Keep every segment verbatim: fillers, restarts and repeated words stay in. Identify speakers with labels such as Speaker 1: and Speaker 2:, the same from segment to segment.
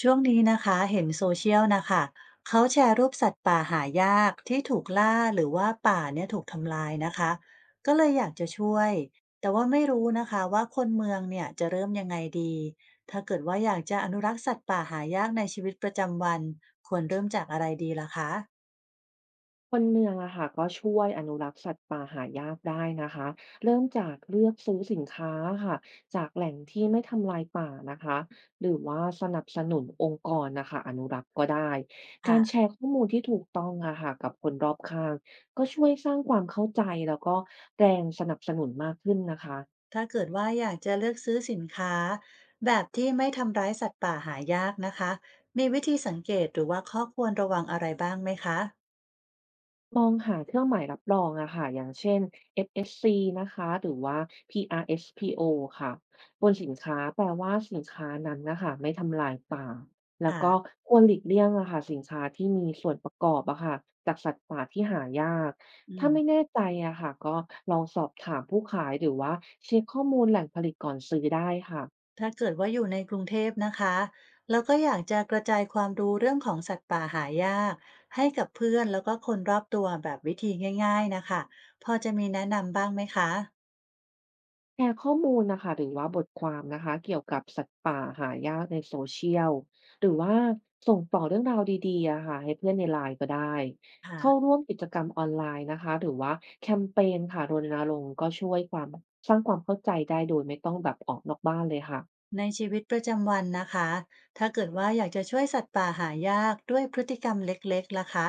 Speaker 1: ช่วงนี้นะคะเห็นโซเชียลนะคะเขาแชร์รูปสัตว์ป่าหายากที่ถูกล่าหรือว่าป่าเนี่ยถูกทำลายนะคะก็เลยอยากจะช่วยแต่ว่าไม่รู้นะคะว่าคนเมืองเนี่ยจะเริ่มยังไงดีถ้าเกิดว่าอยากจะอนุรักษ์สัตว์ป่าหายากในชีวิตประจำวันควรเริ่มจากอะไรดีล่ะคะ
Speaker 2: คนเมืองอะค่ะก็ช่วยอนุรักษ์สัตว์ป่าหายากได้นะคะเริ่มจากเลือกซื้อสินค้าค่ะจากแหล่งที่ไม่ทำลายป่านะคะหรือว่าสนับสนุนองค์กรนะคะอนุรักษ์ก็ได้การแช
Speaker 1: ค่ะ
Speaker 2: ร์ข้อมูลที่ถูกต้องอะค่ะกับคนรอบข้างก็ช่วยสร้างความเข้าใจแล้วก็แรงสนับสนุนมากขึ้นนะคะ
Speaker 1: ถ้าเกิดว่าอยากจะเลือกซื้อสินค้าแบบที่ไม่ทำร้ายสัตว์ป่าหายากนะคะมีวิธีสังเกตหรือว่าข้อควรระวังอะไรบ้างไหมคะ
Speaker 2: มองหาเครื่องหมายรับรองอะค่ะอย่างเช่น เอฟ เอส ซี นะคะหรือว่า พี อาร์ เอส พี โอ ค่ะบนสินค้าแปลว่าสินค้านั้นนะคะไม่ทำลายป่าแล้ว
Speaker 1: ค่ะ
Speaker 2: ก็ควรหลีกเลี่ยงอะค่ะสินค้าที่มีส่วนประกอบอะค่ะจากสัตว์ป่าที่หายาก
Speaker 1: อื
Speaker 2: ถ้าไม่
Speaker 1: ม
Speaker 2: แน่ใจอะค่ะก็ลองสอบถามผู้ขายหรือว่าเช็คข้อมูลแหล่งผลิตก่อนซื้อได้ค่ะ
Speaker 1: ถ้าเกิดว่าอยู่ในกรุงเทพนะคะแล้วก็อยากจะกระจายความรู้เรื่องของสัตว์ป่าหายากให้กับเพื่อนแล้วก็คนรอบตัวแบบวิธีง่ายๆนะคะพอจะมีแนะนำบ้างไหมคะ
Speaker 2: แชร์ข้อมูลนะคะหรือว่าบทความนะคะเกี่ยวกับสัตว์ป่าหายากในโซเชียลหรือว่าส่งต่อเรื่องราวดีๆอะค่ะให้เพื่อนในไลน์ก็ได้เข้า
Speaker 1: ค่ะ
Speaker 2: ร่วมกิจกรรมออนไลน์นะคะหรือว่าแคมเปญค่ะรณรงค์ก็ช่วยความสร้างความเข้าใจได้โดยไม่ต้องแบบออกนอกบ้านเลยค่ะ
Speaker 1: ในชีวิตประจำวันนะคะถ้าเกิดว่าอยากจะช่วยสัตว์ป่าหายากด้วยพฤติกรรมเล็กๆล่ะคะ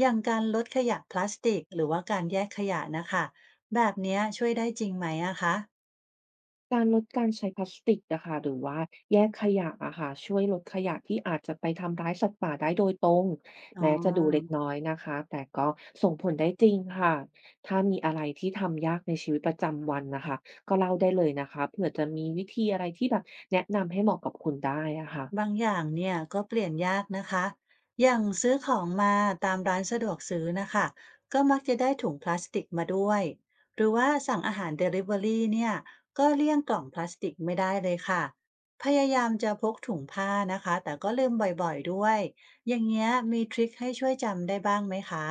Speaker 1: อย่างการลดขยะพลาสติกหรือว่าการแยกขยะนะคะแบบเนี้ยช่วยได้จริงไหมอะคะ
Speaker 2: การลดการใช้พลาสติกนะคะหรือว่าแยกขยะอะค่ะช่วยลดขยะที่อาจจะไปทำร้ายสัตว์ป่าได้โดยตรง
Speaker 1: อ๋อ
Speaker 2: แม้จะดูเล็กน้อยนะคะแต่ก็ส่งผลได้จริงค่ะถ้ามีอะไรที่ทำยากในชีวิตประจำวันนะคะก็เล่าได้เลยนะคะเผื่อจะมีวิธีอะไรที่แบบแนะนำให้เหมาะกับคุณได้อะค่ะ
Speaker 1: บางอย่างเนี่ยก็เปลี่ยนยากนะคะ อย่างซื้อของมาตามร้านสะดวกซื้อนะคะ ก็มักจะได้ถุงพลาสติกมาด้วย หรือว่าสั่งอาหารเดลิเวอรี่เนี่ยก็เลี่ยงกล่องพลาสติกไม่ได้เลยค่ะ พยายามจะพกถุงผ้านะคะแต่ก็ลืมบ่อยๆด้วย อย่างเงี้ยมีทริคให้ช่วยจำได้บ้างไหมคะ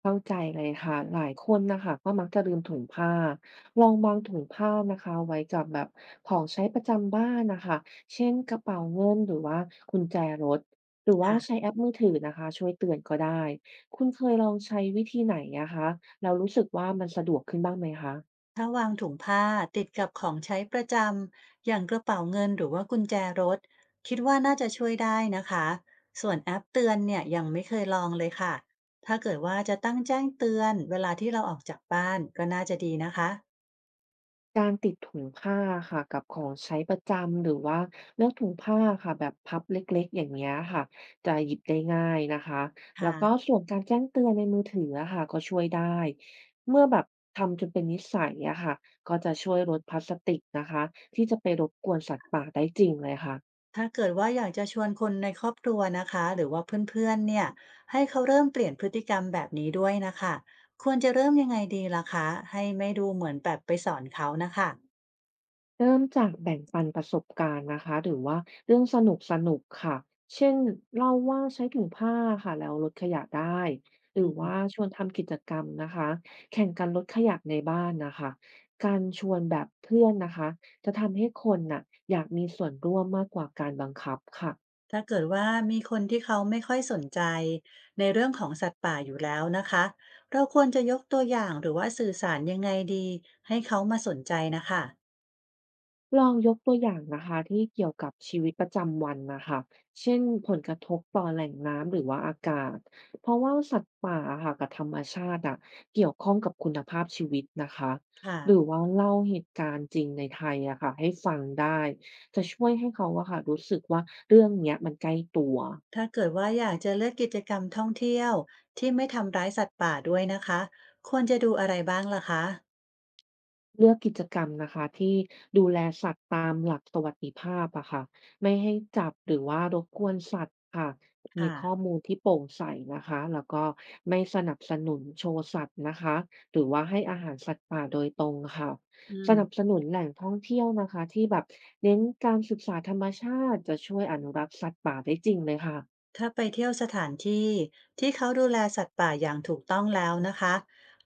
Speaker 2: เข้าใจเลยค่ะหลายคนน่ะคะก็มักจะลืมถุงผ้าลองวางถุงผ้านะคะไว้กับแบบของใช้ประจำบ้านนะคะเช่นกระเป๋าเงินหรือว่ากุญแจรถหรือว่าใช้
Speaker 1: ค่ะ
Speaker 2: แอปมือถือนะคะช่วยเตือนก็ได้คุณเคยลองใช้วิธีไหนนะคะแล้วรู้สึกว่ามันสะดวกขึ้นบ้างไหมคะ
Speaker 1: ถ้าวางถุงผ้าติดกับของใช้ประจำอย่างกระเป๋าเงินหรือว่ากุญแจรถคิดว่าน่าจะช่วยได้นะคะส่วนแอปเตือนเนี่ยยังไม่เคยลองเลยค่ะถ้าเกิดว่าจะตั้งแจ้งเตือนเวลาที่เราออกจากบ้านก็น่าจะดีนะคะ
Speaker 2: การติดถุงผ้าค่ะกับของใช้ประจำหรือว่าเลือกถุงผ้าค่ะแบบพับเล็กๆอย่างเงี้ยค่ะจะหยิบได้ง่ายนะคะแล้
Speaker 1: ค่ะ
Speaker 2: วก็ส่วนการแจ้งเตือนในมือถืออะค่ะก็ช่วยได้เมื่อแบบทำจนเป็นนิสัยอะค่ะก็จะช่วยลดพลาสติกนะคะที่จะไปรบกวนสัตว์ป่าได้จริงเลยค่ะ
Speaker 1: ถ้าเกิดว่าอยากจะชวนคนในครอบครัวนะคะหรือว่าเพื่อนๆเนี่ยให้เขาเริ่มเปลี่ยนพฤติกรรมแบบนี้ด้วยนะคะควรจะเริ่มยังไงดีล่ะคะให้ไม่ดูเหมือนแบบไปสอนเขานะคะ
Speaker 2: เริ่มจากแบ่งปันประสบการณ์นะคะหรือว่าเรื่องสนุกๆค่ะเช่นเล่าว่าใช้ถุงผ้าค่ะแล้วลดขยะได้หรือว่าชวนทำกิจกรรมนะคะแข่งกันลดขยะในบ้านนะคะการชวนแบบเพื่อนนะคะจะทำให้คนน่ะอยากมีส่วนร่วมมากกว่าการบังคับค่ะ
Speaker 1: ถ้าเกิดว่ามีคนที่เขาไม่ค่อยสนใจในเรื่องของสัตว์ป่าอยู่แล้วนะคะ เราควรจะยกตัวอย่างหรือว่าสื่อสารยังไงดีให้เขามาสนใจนะคะ
Speaker 2: ลองยกตัวอย่างนะคะที่เกี่ยวกับชีวิตประจำวันนะคะเช่นผลกระทบต่อแหล่งน้ำหรือว่าอากาศเพราะว่าสัตว์ป่าอะค่ะกับธรรมชาติอะเกี่ยวข้องกับคุณภาพชีวิตนะคะ
Speaker 1: ค่ะ
Speaker 2: หรือว่าเล่าเหตุการณ์จริงในไทยอะค่ะให้ฟังได้จะช่วยให้เขาอะค่ะรู้สึกว่าเรื่องเนี้ยมันใกล้ตัว
Speaker 1: ถ้าเกิดว่าอยากจะเลือกกิจกรรมท่องเที่ยวที่ไม่ทำร้ายสัตว์ป่าด้วยนะคะ ควรจะดูอะไรบ้างล่ะคะ
Speaker 2: เลือกกิจกรรมนะคะที่ดูแลสัตว์ตามหลักสวัสดิภาพอะค่ะไม่ให้จับหรือว่ารบกวนสัตว์ค่ะมี
Speaker 1: ค่ะ
Speaker 2: ข้อมูลที่โปร่งใสนะคะแล้วก็ไม่สนับสนุนโชว์สัตว์นะคะหรือว่าให้อาหารสัตว์ป่าโดยตรงค่ะ
Speaker 1: อื
Speaker 2: ส
Speaker 1: ม
Speaker 2: นับสนุนแหล่งท่องเที่ยวนะคะที่แบบเน้นการศึกษาธรรมชาติจะช่วยอนุรักษ์สัตว์ป่าได้จริงเลยค่ะ
Speaker 1: ถ้าไปเที่ยวสถานที่ที่เขาดูแลสัตว์ป่าอย่างถูกต้องแล้วนะคะ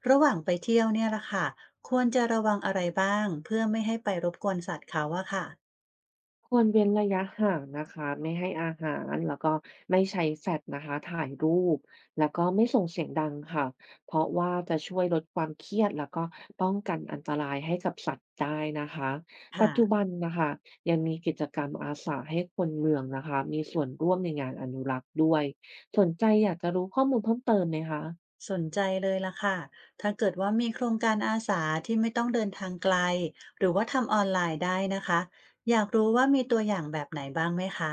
Speaker 1: ระหว่างไปเที่ยวเนี่ยล่ะค่ะควรจะระวังอะไรบ้างเพื่อไม่ให้ไปรบกวนสัตว์เขาอะค่ะ
Speaker 2: ควรเว้นระยะห่างนะคะไม่ให้อาหารแล้วก็ไม่ใช้แฟลชนะคะถ่ายรูปแล้วก็ไม่ส่งเสียงดังค่ะเพราะว่าจะช่วยลดความเครียดแล้วก็ป้องกันอันตรายให้กับสัตว์ได้นะคะปัจ
Speaker 1: ค่ะ
Speaker 2: จุบันนะคะยังมีกิจกรรมอาสาให้คนเมืองนะคะมีส่วนร่วมในงานอนุรักษ์ด้วยสนใจอยากจะรู้ข้อมูลเพิ่มเติมไหมคะ
Speaker 1: สนใจเลยล่ะค่ะถ้าเกิดว่ามีโครงการอาสาที่ไม่ต้องเดินทางไกลหรือว่าทำออนไลน์ได้นะคะอยากรู้ว่ามีตัวอย่างแบบไหนบ้างไหมคะ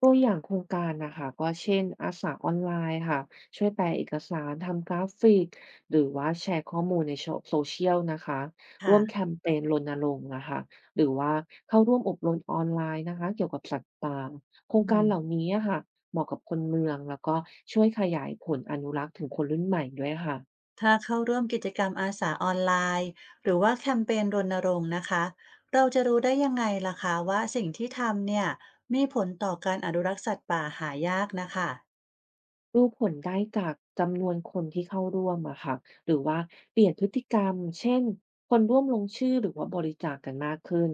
Speaker 2: ตัวอย่างโครงการนะคะก็เช่นอาสาออนไลน์ค่ะช่วยแปลเอกสารทำกราฟิกหรือว่าแชร์ข้อมูลในโซโซเช Social นะคะร่วมแค
Speaker 1: ค่ะ
Speaker 2: มเปญรณรงค์นะคะหรือว่าเข้าร่วมอบรมออนไลน์นะคะเกี่ยวกับสัตว์ป่าโคร
Speaker 1: อื
Speaker 2: งการเห
Speaker 1: ม
Speaker 2: ล่านี้อะค่ะเหมาะกับคนเมืองแล้วก็ช่วยขยายผลอนุรักษ์ถึงคนรุ่นใหม่ด้วยค่ะ
Speaker 1: ถ้าเข้าร่วมกิจกรรมอาสาออนไลน์หรือว่าแคมเปญรณรงค์นะคะเราจะรู้ได้ยังไงล่ะคะว่าสิ่งที่ทำเนี่ยมีผลต่อการอนุรักษ์สัตว์ป่าหายากนะคะ
Speaker 2: ดูผลได้จากจำนวนคนที่เข้าร่วมอะค่ะหรือว่าเปลี่ยนพฤติกรรม เช่นคนร่วมลงชื่อหรือว่าบริจาคกันมากขึ้น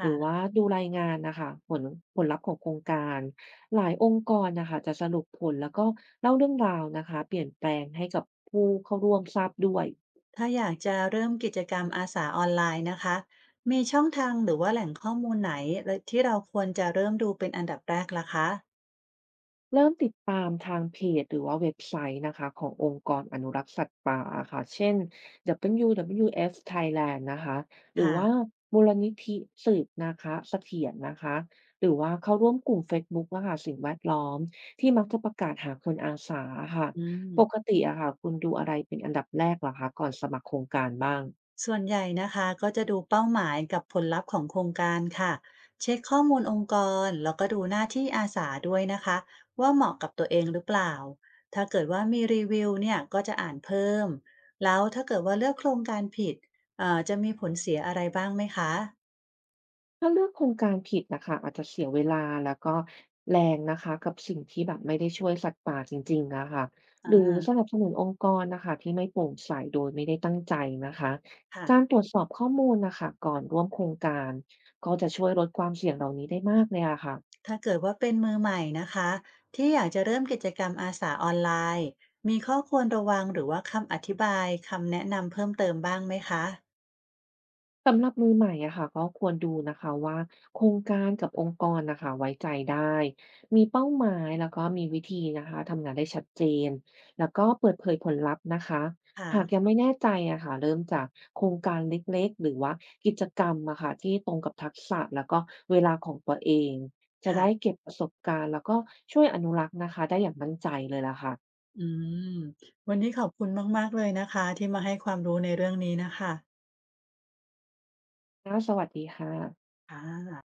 Speaker 2: หรือว่า
Speaker 1: ่ะ
Speaker 2: ดูรายงานนะคะผลผลลัพธ์ของโครงการหลายองค์กรนะคะจะสรุปผลแล้วก็เล่าเรื่องราวนะคะเปลี่ยนแปลงให้กับผู้เข้าร่วมทราบด้วย
Speaker 1: ถ้าอยากจะเริ่มกิจกรรมอาสาออนไลน์นะคะมีช่องทางหรือว่าแหล่งข้อมูลไหนที่เราควรจะเริ่มดูเป็นอันดับแรกล่ะคะ
Speaker 2: เริ่มติดตามทางเพจหรือว่าเว็บไซต์นะคะขององค์กรอนุรักษ์สัตว์ป่าอะค่ะเช่น ดับเบิลยู ดับเบิลยู เอฟ Thailand นะคะ หรือ
Speaker 1: ค่ะ
Speaker 2: ว่ามูลนิธิสืบนะคะเสถียรนะคะ หรือว่าเข้าร่วมกลุ่มเฟซบุ๊กอะค่ะสิ่งแวดล้อมที่มักจะประกาศหาคนอาสาอะค่ะ
Speaker 1: อื
Speaker 2: ปก
Speaker 1: ม
Speaker 2: ติอะค่ะคุณดูอะไรเป็นอันดับแรกเหรอคะก่อนสมัครโครงการบ้าง
Speaker 1: ส่วนใหญ่นะคะก็จะดูเป้าหมายกับผลลัพธ์ของโครงการค่ะเช็คข้อมูลองค์กรแล้วก็ดูหน้าที่อาสาด้วยนะคะว่าเหมาะกับตัวเองหรือเปล่าถ้าเกิดว่ามีรีวิวเนี่ยก็จะอ่านเพิ่มแล้วถ้าเกิดว่าเลือกโครงการผิดเอ่อจะมีผลเสียอะไรบ้างไหมคะ
Speaker 2: ถ้าเลือกโครงการผิดนะคะอาจจะเสียเวลาแล้วก็แรงนะคะกับสิ่งที่แบบไม่ได้ช่วยสัตว์ป่าจริงๆนะคะห
Speaker 1: อ่
Speaker 2: รือสนั
Speaker 1: า
Speaker 2: บสนุนองค์กรนะคะที่ไม่โปร่งใสโดยไม่ได้ตั้งใจนะคะ
Speaker 1: ค่ะ
Speaker 2: การตรวจสอบข้อมูลนะคะก่อนร่วมโครงการก็จะช่วยลดความเสี่ยงเหล่านี้ได้มากเลยอะค่ะ
Speaker 1: ถ้าเกิดว่าเป็นมือใหม่นะคะที่อยากจะเริ่มกิจกรรมอาสาออนไลน์มีข้อควรระวังหรือว่าคำอธิบายคำแนะนำเพิ่มเติมบ้างไหมคะ
Speaker 2: สำหรับมือใหม่อะค่ะก็ควรดูนะคะว่าโครงการกับองค์กรนะคะไว้ใจได้มีเป้าหมายแล้วก็มีวิธีนะคะทำงานได้ชัดเจนแล้วก็เปิดเผยผลลัพธ์นะคะ
Speaker 1: ค่ะ
Speaker 2: หากยังไม่แน่ใจอะค่ะเริ่มจากโครงการเล็กๆหรือว่ากิจกรรมอะค่ะที่ตรงกับทักษะแล้วก็เวลาของตัวเองจะ
Speaker 1: ค่ะ
Speaker 2: ได้เก็บประสบการณ์แล้วก็ช่วยอนุรักษ์นะคะได้อย่างมั่นใจเลยล่ะค่ะ
Speaker 1: อืมวันนี้ขอบคุณมากๆเลยนะคะที่มาให้ความรู้ในเรื่องนี้นะคะ
Speaker 2: ค่ะสวัสดีค่ะ
Speaker 1: ค่ะ